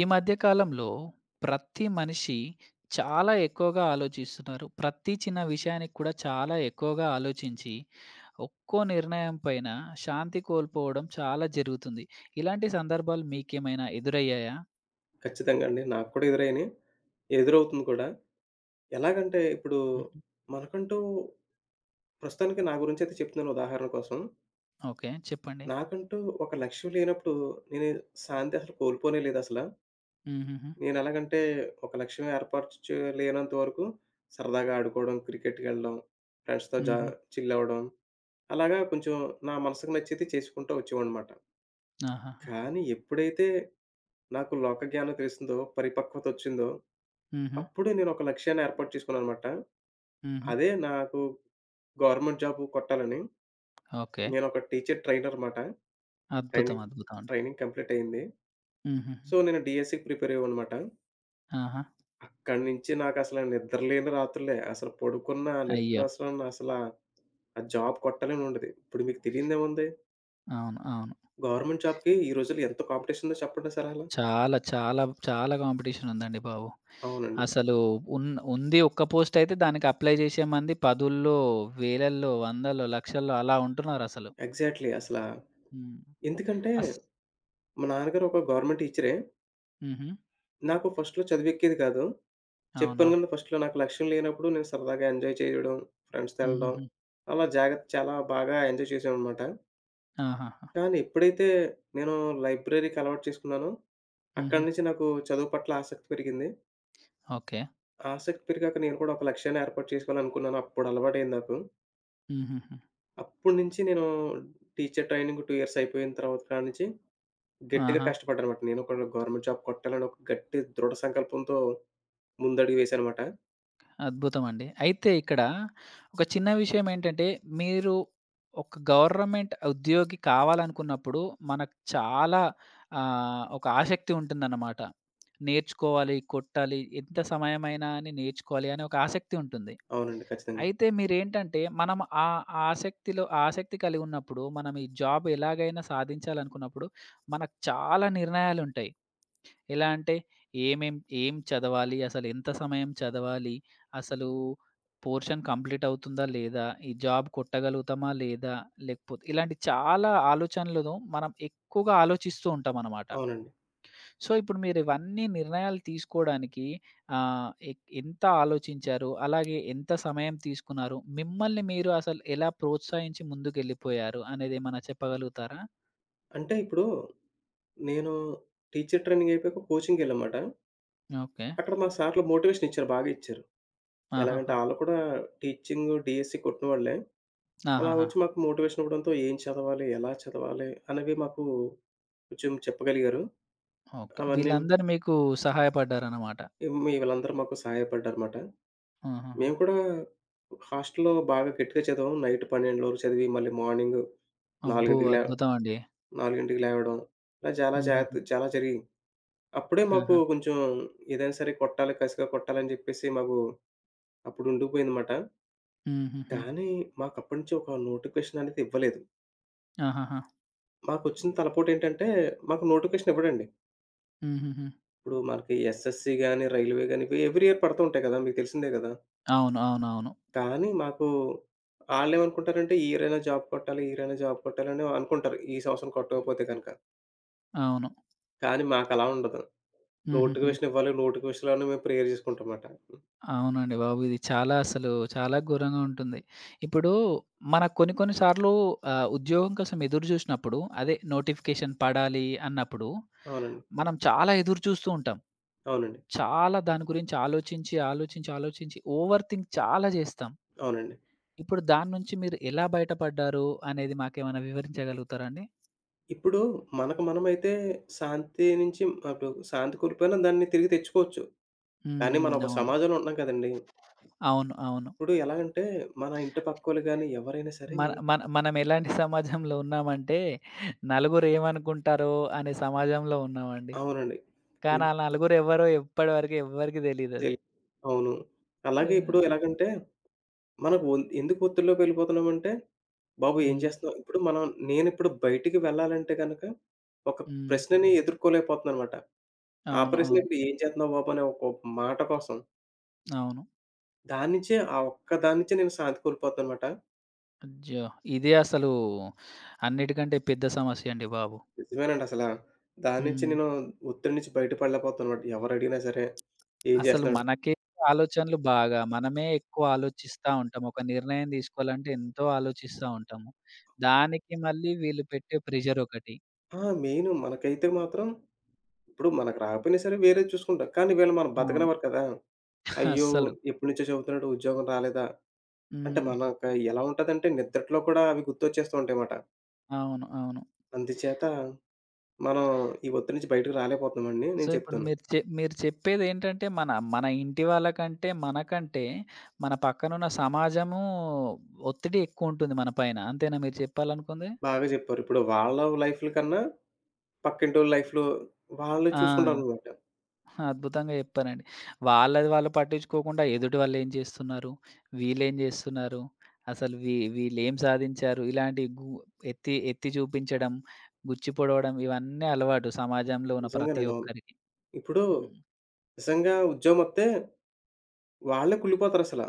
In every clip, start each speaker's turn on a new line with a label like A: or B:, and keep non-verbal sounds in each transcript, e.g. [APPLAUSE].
A: ఈ మధ్య కాలంలో ప్రతి మనిషి చాలా ఎక్కువగా ఆలోచిస్తున్నారు. ప్రతి చిన్న విషయానికి కూడా చాలా ఎక్కువగా ఆలోచించి, ఒక్కో నిర్ణయం పైన శాంతి కోల్పోవడం చాలా జరుగుతుంది. ఇలాంటి సందర్భాలు మీకేమైనా ఎదురయ్యాయా?
B: ఖచ్చితంగా అండి. నాకు కూడా ఎదురైనయి. ఎదురవుతుంది కూడా. ఎలాగంటే ఇప్పుడు
A: హుహు.
B: మనకంటూ ప్రస్తుతానికి నా గురించైతే చెప్తున్నాను ఉదాహరణ కోసం.
A: ఓకే. చెప్పండి.
B: నాకంటూ ఒక లక్ష్యం లేనప్పుడు నేను శాంతి అసలు కోల్పోనే లేదసల.
A: హుహుహు.
B: నేనెలాగంటే ఒక లక్ష్యం ఏర్పరచుకోలేనంత వరకు సరదాగా ఆడుకోవడం, క్రికెట్‌కెళ్ళడం, ఫ్రెండ్స్‌తో జా
A: హుహు.
B: చిల్ అవ్వడం అలాగా కొంచెం నా మనసుకు నచ్చేది చేసుకుంటూ వచ్చేవాడినమాట.
A: ఆహాహా!
B: కానీ ఎప్పుడైతే నాకు లోక జ్ఞానం తెలిసిందో, పరిపక్వతొచ్చిందో,
A: హుహు.
B: అప్పుడు నేనొక లక్ష్యాన్ని ఏర్పాటు చేసుకున్నాననమాట.
A: హుహు.
B: అదే నాకు గవర్నమెంట్ జాబు కొట్టాలని.
A: ఓకే.
B: నేనొక టీచర్ ట్రైనర్ మాట.
A: అద్భుతం.
B: ట్రైనింగ్
A: అద్భుతం అండి.
B: ట్రైనింగ్ కంప్లీట్ అయింది.
A: హుహుహు.
B: సో, నేను డీఎస్‌సీకి ప్రిపేర్ అయ్యేవాడినమాట.
A: ఆహా!
B: అక్కడి నుంచి నాకసల నిద్రలేని రాత్రులే. అసలు పడుకున్న నిద్ర
A: అయ్యో!
B: అసల ఆ జాబ్ కొట్టాలనుండేది. ఇప్పుడు మీకు తెలియనిదేముంది?
A: అవును. అవును.
B: గవర్నమెంట్ జాబ్‌కి ఈ రోజుల్లో ఎంత కాంపిటీషన్ ఉందో చెప్పండి అసల.
A: చాలా చాలా చాలా కాంపిటీషన్ ఉందండి బాబు.
B: అవునండి.
A: అసలు ఉన్ ఉంది ఒక్క పోస్టయితే దానికి అప్లై చేసే మంది పదుల్లో, వేలల్లో, వందల్లో, లక్షల్లో అలా ఉంటున్నారసలు.
B: ఎగ్జాక్ట్‌లీ. అసలా
A: హ్మ్.
B: ఎందుకంటే,
A: అస్
B: మా నాన్నగారు ఒక గవర్నమెంట్ టీచరే.
A: హుహు.
B: నాకు ఫస్ట్‌లో చదివెక్కేది కాదు.
A: అవునా?
B: చెప్పాను కదా! ఫస్ట్‌లో నాకు లక్ష్యం లేనప్పుడు నేను సరదాగా ఎంజాయ్ చేయడం, ఫ్రెండ్స్‌తో ఎళ్ళడం,
A: హుహుహు.
B: అలా జాగ్రత్త చాలా బాగా ఎంజాయ్ చేశామనమాట.
A: ఆహాహా!
B: కానీ ఎప్పుడైతే నేను లైబ్రరీకి అలవాటు చేసుకున్నానో,
A: హుహు.
B: అక్కడి నుంచి నాకు చదువు పట్ల ఆసక్తి పెరిగింది.
A: ఓకే.
B: ఆసక్తి పెరిగాక నేను కూడా ఒక లక్ష్యాన్ని ఏర్పాటు చేసుకోవాలనుకున్నాను. అప్పుడు అలవాటయింది నాకు.
A: హుహుహు.
B: అప్పటినుంచి నేను టీచర్ ట్రైనింగ్ 2 ఇయర్స్ అయిపోయిన తర్వాత కాడ నుంచి గట్టిగా
A: ఆహా!
B: కష్టపడ్డానమాట. నేను కూడా గవర్నమెంట్ జాబ్ కొట్టాలని ఒక గట్టి దృఢ సంకల్పంతో ముందడుగు వేశానమాట.
A: అద్భుతమండి. అయితే ఇక్కడ ఒక చిన్న విషయం ఏంటంటే, మీరు ఒక గవర్నమెంట్ ఉద్యోగి కావాలనుకున్నప్పుడు మనకు చాలా ఒక ఆసక్తి ఉంటుందన్నమాట. నేర్చుకోవాలి, కొట్టాలి, ఎంత సమయమైనా అని నేర్చుకోవాలి అనే ఒక ఆసక్తి ఉంటుంది.
B: అవునండి. ఖచ్చితంగా.
A: అయితే మీరేంటంటే, మనం ఆ ఆ ఆసక్తిలో ఆ ఆసక్తి కలిగున్నప్పుడు, మనం ఈ జాబ్ ఎలాగైనా సాధించాలనుకున్నప్పుడు, మనకు చాలా నిర్ణయాలుంటాయి. ఎలా అంటే, ఏమేం ఏం చదవాలి? అసలు ఎంత సమయం చదవాలి? అసలు పోర్షన్ కంప్లీట్ అవుతుందా? లేదా? ఈ జాబ్ కొట్టగలుగుతామా? లేదా? లేకపోతే ఇలాంటి చాలా ఆలోచనలను మనం ఎక్కువగా ఆలోచిస్తూ ఉంటామనమాట.
B: అవునండి.
A: సో, ఇప్పుడు మీరివన్నీ నిర్ణయాలు తీసుకోడానికి ఆహ్, ఎ ఎంత ఆలోచించారు? అలాగే ఎంత సమయం తీసుకున్నారు? మిమ్మల్ని మీరు అసలు ఎలా ప్రోత్సహించి ముందుకెళ్ళిపోయారు అనేదేమన్నా చెప్పగలుగుతారా?
B: అంటే ఇప్పుడు నేను టీచర్ ట్రైనింగ్ అయిపోయాక కోచింగ్‌కెళ్ళామాట.
A: ఓకే.
B: అక్కడ మా సార్‌లు మోటివేషన్ ఇచ్చారు. బాగా ఇచ్చారు. ఎలాగంటే
A: ఆహాహా!
B: ఆళ్ళు కూడా టీచింగు, డీఎస్సీ కొట్టిన వాళ్ళే. అలా
A: ఆహాహా!
B: వచ్చి మాకు మోటివేషన్ ఇవ్వడంతో ఏం చదవాలి? ఎలా చదవాలి? అనేవి మాకు కొంచెం చెప్పగలిగారు.
A: ఓకే.
B: అవన్నీ
A: వీళ్ళందరూ మీకు సహాయపడ్డారనమాట.
B: మీ వీళ్ళందరూ మాకు సహాయపడ్డారుమాట.
A: ఆహాహా!
B: మేము కూడా హాస్టల్‌లో బాగా గట్టిగా చదివాం. నైట్ 12 వరకు చదివి మళ్ళీ మార్నింగ్
A: అబ్బో!
B: 4కి లే
A: అద్భుతం అండి.
B: 4కి లేవడం. ఇలా చాలా
A: హుహుహు.
B: జాగ్రత్త చాలా జరిగింది. అప్పుడే మాకు
A: ఆహా!
B: కొంచెం ఏదైనా సరే కొట్టాలి కసిగా కొట్టాలని చెప్పేసి మాకు అప్పుడు ఉండిపోయిందన్నమాట.
A: హుహుహు.
B: కానీ మాకు అప్పటి నుంచి ఒక నోటిఫికేషన్ అనేది ఇవ్వలేదు.
A: ఆహాహా!
B: మాకొచ్చిన తలపోటేంటంటే మాకు నోటిఫికేషన్ ఇవ్వడండి.
A: హుహుహు.
B: ఇప్పుడు మనకి ఎస్ఎస్‌సి గాని, రైల్వే గాని ఇవి ఎవ్రీ ఇయర్ పడుతూ ఉంటాయి కదా! మీకు తెలిసిందే కదా!
A: అవును. అవునవును.
B: కానీ మాకు ఆళ్ళేమనుకుంటారంటే ఈ ఇయరైనా జాబ్ కొట్టాలి, ఈ ఇయరైనా జాబ్ కొట్టాలని అనుకుంటారు. ఈ సంవత్సరం కొట్టకపోతే గనక.
A: అవును.
B: కానీ మాకలా ఉండదు.
A: హుహుహు.
B: నోటిఫికేషన్ ఇవ్వాలి, నోటిఫికేషన్‌లోనే మేము ప్రేయర్ చేసుకుంటాం మాట.
A: అవునండి బాబు. ఇది చాలా అసలు చాలా ఘోరంగా ఉంటుంది. ఇప్పుడు మనకు కొన్ని కొన్ని సార్లు ఉద్యోగం కోసం ఎదురు జూసినప్పుడు అదే నోటిఫికేషన్ పడాలి అన్నప్పుడు,
B: అవునండి.
A: మనం చాలా ఎదురు చూస్తూ ఉంటాం.
B: అవునండి.
A: చాలా దాని గురించి ఆలోచించి, ఆలోచించి, ఆలోచించి ఓవర్ థింక్ చాలా జేస్తాం.
B: అవునండి.
A: ఇప్పుడు దాని నుంచి మీరు ఎలా బయటపడ్డారు అనేది మాకేమైనా వివరించగలుగుతారా అండి?
B: ఇప్పుడు మనకు మనమైతే శాంతి నుంచి అటు శాంతి కోల్పోయినా దాన్ని తిరిగి తెచ్చుకోవచ్చు.
A: హ్మ్.
B: కానీ మనం
A: హ్మ్.
B: ఒక
A: అవును.
B: సమాజంలో ఉంటున్నాం కదండీ!
A: అవును. అవును.
B: ఇప్పుడు ఎలాగంటే మన ఇంటి పక్కోళ్ళు గాని ఎవరైనా సరే
A: మన మన మనం ఎలాంటి సమాజంలో ఉన్నామంటే నలుగురు ఏమనుకుంటారో అనే సమాజంలో ఉన్నామండి.
B: అవునండి.
A: కానీ ఆళ్ళు నలుగురు ఎవరో ఇప్పటి వరకు ఎవ్వరికీ తెలీదది.
B: తెల్ అవును. అలాగే
A: ఆ!
B: ఇప్పుడు ఎలాగంటే మనకు ఒ ఎందుకు ఒత్తిడిలోకి వెళ్ళిపోతున్నామంటే, బాబు ఏం
A: హ్మ్.
B: చేస్తున్నావు? ఇప్పుడు మనం నేనిప్పుడు బయటికి వెళ్ళాలంటే గనక, ఒక
A: హ్మ్.
B: ప్రశ్నని ఎదుర్కోలేకపోతున్నానన్నమాట. ఆ
A: అవును.
B: ప్రశ్న
A: అవును.
B: ఇప్పుడు ఏం చేస్తున్నావు బాబు అనే ఒక మాట కోసం.
A: అవును.
B: దాని నుంచే ఆ ఒక్క దాని నుంచే నేను శాంతి కోల్పోతున్నానన్నమాట.
A: అయ్యో! ఇదే అసలు అన్నిటికంటే పెద్ద సమస్య అండి బాబు.
B: నిజమేనండి అసల. దాని నుంచి
A: హ్మ్.
B: నేను ఒత్తిడి నుంచి బయటపడలేకపోతున్నానన్నమాట. ఎవరడిగినా సరే, ఏం
A: అసలు
B: చేస్తున్నాడు?
A: మనకే ఆలోచనలు బాగా మనమే ఎక్కువ ఆలోచిస్తా ఉంటాం. ఒక నిర్ణయం తీసుకోవాలంటే ఎంతో ఆలోచిస్తా ఉంటాము. దానికి మళ్ళీ వీళ్ళు పెట్టే ప్రెషర్ ఒకటి.
B: ఆ! మెయిను మనకైతే మాత్రం ఇప్పుడు మనకు రాకపోయినా సరే వేరేది చూసుకుంటాం. కానీ వీళ్ళు మనం
A: అవును.
B: బతకనివ్వరు కదా!
A: [LAUGHS]
B: అయ్యో!
A: అస్సలు.
B: ఎప్పటినుంచో చదువుతున్నాడు ఉద్యోగం రాలేదా? అంటే
A: హ్మ్.
B: మనకు ఎలా ఉంటదంటే నిద్రలో కూడా అవి గుర్తొచ్చేస్తూ ఉంటాయమాట.
A: అవును. అవును.
B: అందుచేత మనం ఈ ఒత్తిడి నుంచి బయటకి రాలేకపోతున్నామని
A: సో,
B: నేను
A: ఇప్పుడు
B: చెప్తాను.
A: మీరు మీరు చెప్పేదేంటంటే, మన మన ఇంటి వాళ్ళకంటే, మనకంటే, మన పక్కనున్న సమాజము ఒత్తిడి ఎక్కువుంటుంది మన పైన. అంతేనా మీరు చెప్పాలనుకుంది?
B: బాగా చెప్పారు. ఇప్పుడు వాళ్ళ లైఫ్‌ల కన్నా పక్కింటోళ్ళ లైఫ్‌లు వాళ్ళు
A: ఆ!
B: చూసుకుంటారనమాట.
A: అద్భుతంగా చెప్పారండి. వాళ్ళది వాళ్ళు పట్టించుకోకుండా, ఎదుటి వాళ్ళేం చేస్తున్నారు? వీళ్ళేం జేస్తున్నారు? అసలు వీళ్ళేం సాధించారు? ఇలాంటి గు ఎత్తి ఎత్తి చూపించడం, గుచ్చి పొడవడం ఇవన్నీ అలవాటు సమాజంలో ఉన్న ప్రతి
B: నిజంగానండి. అవును.
A: ఒక్కరికి.
B: ఇప్పుడు
A: హ్మ్.
B: నిజంగా ఉద్యోగమొత్తే వాళ్ళే కుళ్ళిపోతారసల.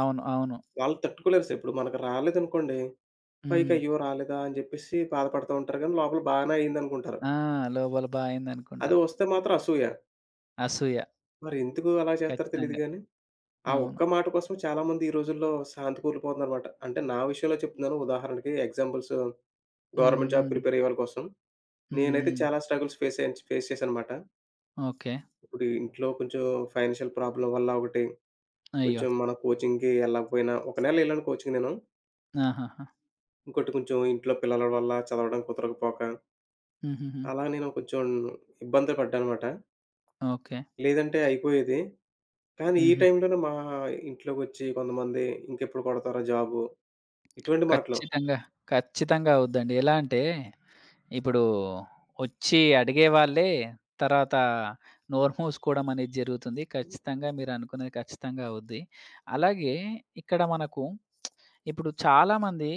A: అవును. అవును.
B: వాళ్ళు తట్టుకోలేరసల. ఇప్పుడు మనకు రాలేదనుకోండి, పైకి
A: హ్మ్.
B: అయ్యో! రాలేదా అని చెప్పేసి బాధపడతా ఉంటారు గానీ, లోపల బానే అయిందనుకుంటారు.
A: ఆ! లోపల
B: అది
A: అయిందనుకుంటారు.
B: వస్తే మాత్రం అసూయ.
A: అసూయ.
B: మరెందుకు అలా చేస్తారో తెలీదు
A: ఖచ్చితంగా.
B: గాని. ఆ
A: అవును.
B: ఒక్క మాట కోసం చాలామంది ఈ రోజుల్లో శాంతి కూలిపోతుందనమాట. అంటే నా విషయంలో చెప్తున్నాను. ఉదాహరణకి ఎగ్జాంపుల్స్
A: హ్మ్.
B: గవర్నమెంట్ జాబ్
A: హ్మ్.
B: ప్రిపేర్ అయ్యే వాళ్ళ కోసం.
A: హ్మ్.
B: నేనైతే
A: హ్మ్.
B: చాలా స్ట్రగుల్స్ ఫేస్ చేశాననమాట.
A: ఓకే.
B: ఇప్పుడు ఇంట్లో కొంచెం ఫైనాన్షియల్ ప్రాబ్లమ్ వల్ల ఒకటి,
A: అయ్యో!
B: కొంచెం మన కోచింగ్‌కి ఎళ్ళకపోయినా ఒక నెల ఎళ్ళాను కోచింగ్ నేను.
A: ఆహాహా!
B: ఇంకోటి కొంచెం ఇంట్లో పిల్లల వల్ల చదవడం కుదరకపోక,
A: హుహుహు.
B: అలా నేను కొంచెం ఇబ్బందులు పడ్డాననమాట.
A: ఓకే.
B: లేదంటే అయిపోయేది. కానీ ఈ
A: హుహు.
B: టైంలోనే మా ఇంట్లోకొచ్చి కొంతమంది "ఇంకెప్పుడు కొడతావురా జాబు" ఇటువంటి మాటలు.
A: ఖచ్చితంగా. ఖచ్చితంగా అవుద్దండి. ఎలా అంటే, ఇప్పుడు ఒచ్చి అడిగేవాళ్ళే తర్వాత నోరు మూసుకోవడం అనేది జరుగుతుంది. ఖచ్చితంగా మీరనుకున్నది ఖచ్చితంగా అవుద్ది. అలాగే ఇక్కడ మనకు ఇప్పుడు చాలామంది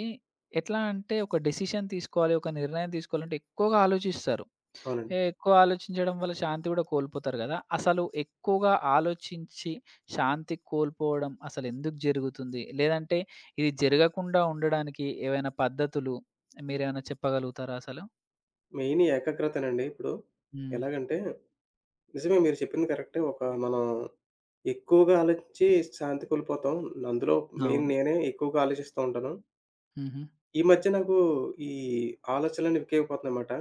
A: ఎట్లా అంటే, ఒక డెసిషన్ తీసుకోవాలి, ఒక నిర్ణయం తీసుకోవాలంటే ఎక్కువగా ఆలోచిస్తారు.
B: అవునండి.
A: ఏ ఎక్కువ ఆలోచించడం వల్ల శాంతి గూడా కోల్పోతారు గదా! అసలు ఎక్కువగా ఆలోచించి శాంతి కోల్పోవడం అసలెందుకు జరుగుతుంది? లేదంటే ఇది జరగకుండా ఉండడానికి ఏవైనా పద్ధతులు మీరేమైనా చెప్పగలుగుతారా అసలు?
B: మెయిన్ ఏకాగ్రతనండి ఇప్పుడు.
A: హ్మ్.
B: ఎలాగంటే నిజమే మీరు చెప్పింది కరెక్టే. ఒక మనం ఎక్కువగా ఆలోచించి శాంతి కోల్పోతాం. అందులో మెయిన్
A: అవును.
B: నేనే ఎక్కువగా ఆలోచిస్తూ ఉంటాను.
A: హుహు.
B: ఈ మధ్య నాకు ఈ ఆలోచనలన్నీ ఎక్కువైపోతున్నాయన్నమాట.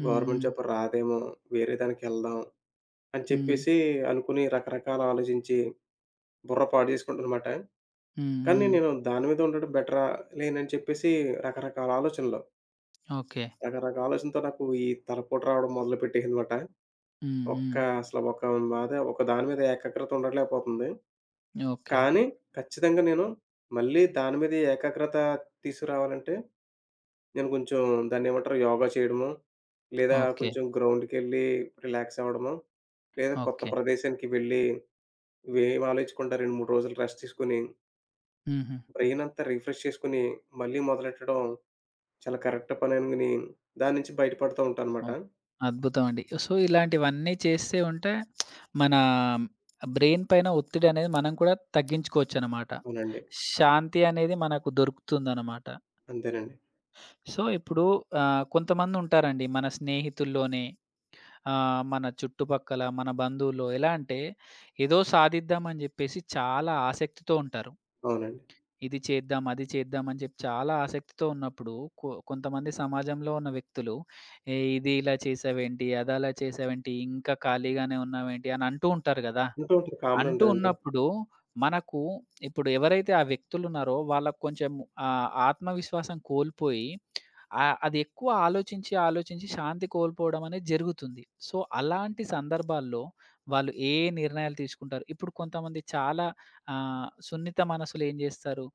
A: హ్మ్.
B: గవర్నమెంట్
A: హ్మ్.
B: జాబ్ రాదేమో, వేరే దానికెళ్దాం అని
A: హ్మ్.
B: చెప్పేసి అనుకుని రకరకాల ఆలోచించి బుర్ర పాడు చేసుకుంటానన్నమాట.
A: హ్మ్.
B: కానీ
A: హ్మ్.
B: నేను దాని మీద ఉండడం బెటరా లేనని చెప్పేసి రకరకాల ఆలోచనలు,
A: ఓకే.
B: రకరకాల ఆలోచనతో నాకు ఈ తలపోటు రావడం మొదలుపెట్టేసిందన్నమాట.
A: హ్మ్.
B: ఒక్క
A: హ్మ్.
B: అసలు ఒక బాధ ఒక దాని మీద ఏకాగ్రత ఉండలేకపోతుంది.
A: ఓకే.
B: కానీ ఖచ్చితంగా నేను మళ్ళీ దాని మీద ఏకాగ్రత తీసుకురావాలంటే, నేను కొంచెం దాన్నేమంటారు యోగా చేయడమో, లేదా
A: ఓకే.
B: కొంచెం గ్రౌండ్‌కెళ్ళి రిలాక్స్ అవ్వడమో, లేదా కొత్త
A: ఓకే.
B: ప్రదేశానికి వెళ్ళి ఇవేం ఆలోచించకుండా 2, 3 రోజులు రెస్ట్ తీసుకొని,
A: హుహు.
B: బ్రెయిన్ అంతా రిఫ్రెష్ చేసుకొని, మళ్ళీ మొదలెట్టడం చాలా కరెక్ట్ పననుకుని దాని నుంచి బయటపడుతూ ఉంటానమాట.
A: ఓహ్! అద్భుతం అండి. సో, ఇలాంటివన్నీ చేస్తే ఉంటే మన బ్రెయిన్ పైన ఒత్తిడనేది మనం కూడా తగ్గించుకోవచ్చనమాట.
B: అవునండి.
A: శాంతి అనేది మనకు దొరుకుతుందనమాట.
B: అంతేనండి.
A: సో, ఇప్పుడు కొంతమందుంటారండి మన స్నేహితుల్లోనే మన చుట్టుపక్కల, మన బంధువుల్లో ఎలా అంటే ఏదో సాధిద్దామని జెప్పేసి చాలా ఆసక్తితో ఉంటారు.
B: అవునండి.
A: ఇది చేద్దాం, అది చేద్దాం అని చెప్పి చాలా ఆసక్తితో ఉన్నప్పుడు కొంతమంది సమాజంలో ఉన్న వ్యక్తులు, "ఏయ్! ఇది ఇలా చేసావేంటి? అది అలా చేసావేంటి? ఇంకా ఖాళీగానే ఉన్నావేంటి?" అని అంటూ ఉంటారు గదా!
B: ఉంటూ ఉంటుంది. కామన్ అండి
A: అంటూ
B: అదంతా.
A: ఉన్నప్పుడు మనకు ఇప్పుడు ఎవరైతే ఆ వ్యక్తులున్నారో వాళ్ళకి కొంచెం ఆత్మవిశ్వాసం కోల్పోయి ఆ! అది ఎక్కువ ఆలోచించి, ఆలోచించి శాంతి కోల్పోవడం అనేది జరుగుతుంది. సో, అలాంటి సందర్భాల్లో వాళ్ళు ఏ నిర్ణయాలు తీసుకుంటారు? ఇప్పుడు కొంతమంది చాలా సున్నిత మనసులేం జేస్తారు?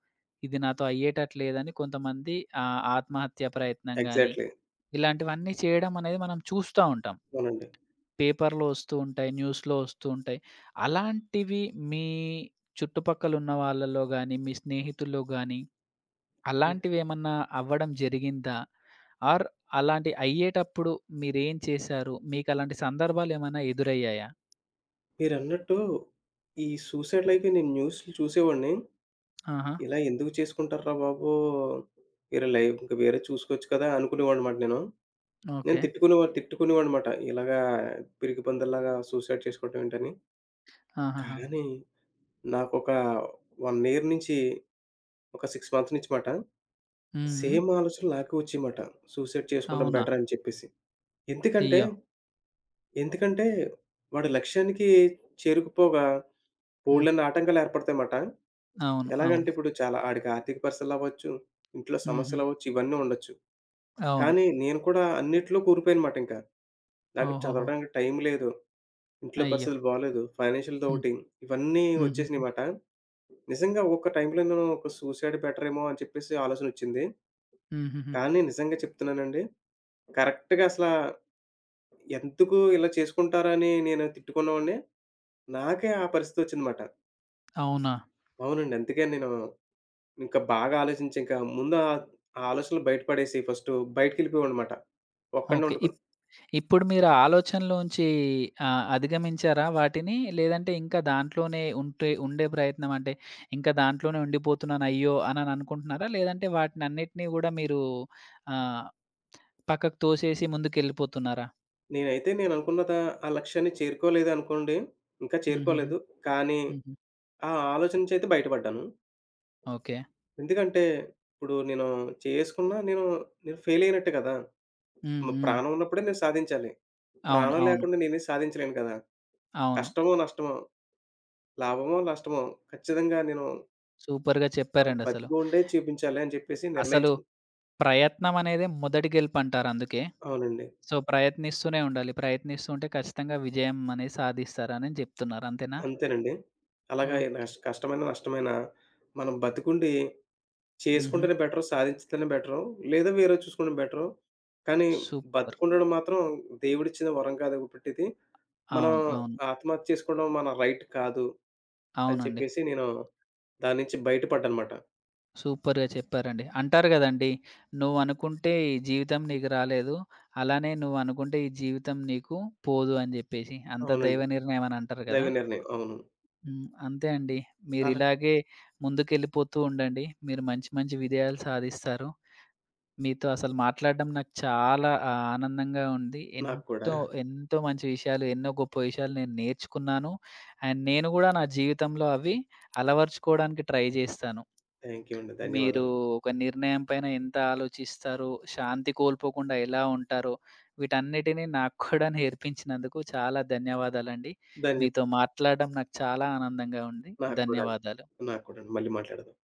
A: ఇది నాతో అయ్యేటట్లేదని కొంతమంది ఆత్మహత్య ప్రయత్నం గాని,
B: ఎగ్జాక్ట్‌లీ.
A: ఇలాంటివన్నీ చేయడం అనేది మనం చూస్తా ఉంటాం.
B: అవునండి.
A: పేపర్‌లో వస్తూ ఉంటాయి. న్యూస్‌లో వస్తూ ఉంటాయి. అలాంటివి మీ చుట్టుపక్కలున్న వాళ్ళలో గాని, మీ స్నేహితుల్లో గాని
B: హ్మ్.
A: అలాంటివేమన్నా అవ్వడం జరిగిందా? ఆర్ అలాంటి అయ్యేటప్పుడు మీరేం చేశారు? మీకలాంటి సందర్భాలేమైనా ఎదురయ్యాయా?
B: మీరన్నట్టు ఈ సూసైడ్ లైఫే నేను న్యూస్‌లు చూసేవాడిని.
A: ఆహా!
B: ఇలా ఎందుకు చేసుకుంటార్రా బాబు! వేరే లైఫ్ ఇంక వేరే చూసుకోవచ్చు కదా! అనుకునేవాడినమాట నేను.
A: ఓకే.
B: తిట్టుకునేవాడినమాట. ఇలాగా పిరికి పందిలాగా సూసైడ్ చేసుకోవటం ఏంటని.
A: ఆహాహా!
B: కానీ నాకొక 1 ఇయర్ నుంచి ఒక 6 మంత్స్ నుంచి మాట
A: హ్మ్. హ్మ్.
B: సేమ్ ఆలోచనలు నాకే వచ్చాయిమాట. సూసైడ్ చేసుకోవడం
A: అవునా?
B: బెటర్ అని చెప్పేసి. ఎందుకంటే,
A: అయ్యో!
B: ఎందుకంటే వాడి లక్ష్యానికి చేరుకుపోగా
A: హ్మ్.
B: బోలెడన్ని ఆటంకాలు ఏర్పడతాయి మాట.
A: అవును.
B: ఎలాగంటే
A: అవును.
B: ఇప్పుడు చాలా ఆడికి ఆర్థిక పరిస్థితులు అవ్వచ్చు, ఇంట్లో
A: హుహు.
B: సమస్యలు అవ్వచ్చు, ఇవన్నీ ఉండొచ్చు.
A: అవును.
B: కానీ నేను కూడా అన్నిట్లో కూరుకుపోయానమాట ఇంకా. నాకు
A: ఓహోహో!
B: చదవడానికి టైం లేదు. ఇంట్లో
A: అయ్యో!
B: పరిస్థితులు బాలేదు. ఫైనాన్షియల్‌ది
A: హ్మ్.
B: ఒకటి. ఇవన్నీ
A: హుహుహు.
B: వచ్చేసినాయిమాట. నిజంగా ఒక్క టైంలో నేను ఒక సూసైడ్ బెటరేమో అని చెప్పేసి ఆలోచనొచ్చింది.
A: హుహుహు.
B: కానీ నిజంగా చెప్తున్నానండి. కరెక్ట్‌గా అసలా ఎందుకు ఇలా చేసుకుంటారని నేను తిట్టుకున్నవాడిని. నాకే ఆ పరిస్థితొచ్చిందమాట.
A: అవునా?
B: అవునండి. అందుకే నేను ఇంకా బాగా ఆలోచించి, ఇంకా ముందు ఆ ఆ ఆలోచనలు బయట పడేసి ఫస్టు బయటికెళ్ళిపోయావనమాట. ఒక్కడినే
A: ఓకే.
B: ఉండుకున్
A: ఇప్పుడు మీరు ఆ ఆలోచనలోంచి అధిగమించారా వాటిని? లేదంటే ఇంకా దాంట్లోనే ఉండే ప్రయత్నం అంటే ఇంకా దాంట్లోనే ఉండిపోతున్నాను అయ్యో! అనుకుంటున్నారా? లేదంటే వాటినన్నిటిని గూడా మీరు ఆహ్, పక్కకు తోసేసి ముందుకెళ్ళిపోతున్నారా?
B: నేనైతే నేననుకున్నదా ఆ లక్ష్యాన్ని చేరుకోలేదనుకోండి. ఇంకా
A: హుహుహు.
B: చేరుకోలేదు. కానీ
A: హుహు.
B: ఆ ఆలోచన నుంచి అయితే బయట పడ్డాను.
A: ఓకే.
B: ఎందుకంటే, ఇప్పుడు నేను చేసుకున్నా నేను నేను ఫెయిలయినట్టే కదా!
A: హ్మ్.
B: మ
A: హ్మ్.
B: ప్రాణం ఉన్నప్పుడే నేను సాధించాలి.
A: అవును.
B: ప్రాణం
A: అవును.
B: లేకుండా నేనేం సాధించలేను కదా!
A: అవును.
B: కష్టమో, నష్టమో, లాభమో, నష్టమో ఖచ్చితంగా నేను
A: సూపర్‌గా చెప్పారండి అసలు.
B: బతికుండే చూపించాలి అని చెప్పేసి
A: అసలు
B: నిర్ణయించుకు
A: ప్రయత్నం అనేదే మొదటి గెలుపంటారు అందుకే.
B: అవునండి.
A: సో, ప్రయత్నిస్తూనే ఉండాలి. ప్రయత్నిస్తూ ఉంటే ఖచ్చితంగా విజయం అనేది సాధిస్తారని చెప్తున్నారు. అంతేనా?
B: అంతేనండి. అలాగా ఏ
A: ఓహ్!
B: కష్టమైన, నష్టమైన మనం బతికుండి
A: హుహు.
B: చేసుకుంటేనే బెటరు. సాధించితేనే బెటరు. లేదా వేరేది చూసుకోవడం బెటరు. కానీ
A: సూపర్.
B: బతికుండడం మాత్రం దేవుడిచ్చిన వరం కాదు కాబట్టిది. మనం
A: అవును. అవును.
B: ఆత్మహత్య చేసుకోవడం మన రైట్ కాదు అని
A: అవునండి.
B: చెప్పేసి నేను దాని నుంచి బయటపడ్డానమాట.
A: సూపర్‌గా చెప్పారండి. అంటారు గదండీ! "నువ్వనుకుంటే ఈ జీవితం నీకు రాలేదు. అలానే నువ్వనుకుంటే ఈ జీవితం నీకు పోదు" అని జెప్పేసి. అంత
B: అవునండి.
A: దైవ నిర్ణయం అని అంటారు
B: దైవ
A: గదా!
B: నిర్ణయం. అవును.
A: హ్మ్. అంతే అండి.
B: అలా
A: మీరిలాగే ముందుకెళ్ళిపోతూ ఉండండి. మీరు మంచి మంచి విజయాలు సాధిస్తారు. మీతో అసలు మాట్లాడడం నాకు చాలా ఆనందంగా ఉంది.
B: నాకు కూడా.
A: ఎంతో, ఎంతో మంచి విషయాలు, ఎన్నో గొప్ప విషయాలు నేను నేర్చుకున్నాను. అండ్ నేను గూడా నా జీవితంలో అవి అలవరుచుకోవడానికి ట్రై జేస్తాను.
B: థాంక్ యూ అండి.
A: మీరు
B: ధన్యవాదాలు.
A: ఒక నిర్ణయం పైన ఎంత ఆలోచిస్తారో, శాంతి కోల్పోకుండా ఎలా ఉంటారో, వీటన్నిటిని నాకు కూడా నేర్పించినందుకు చాలా ధన్యవాదాలండి.
B: ధన్య
A: మీతో మాట్లాడడం నాకు చాలా ఆనందంగా ఉంది.
B: నాకు కూడా అండి.
A: ధన్యవాదాలు.
B: నాకు కూడా అండి. మళ్ళీ మాట్లాడదాం.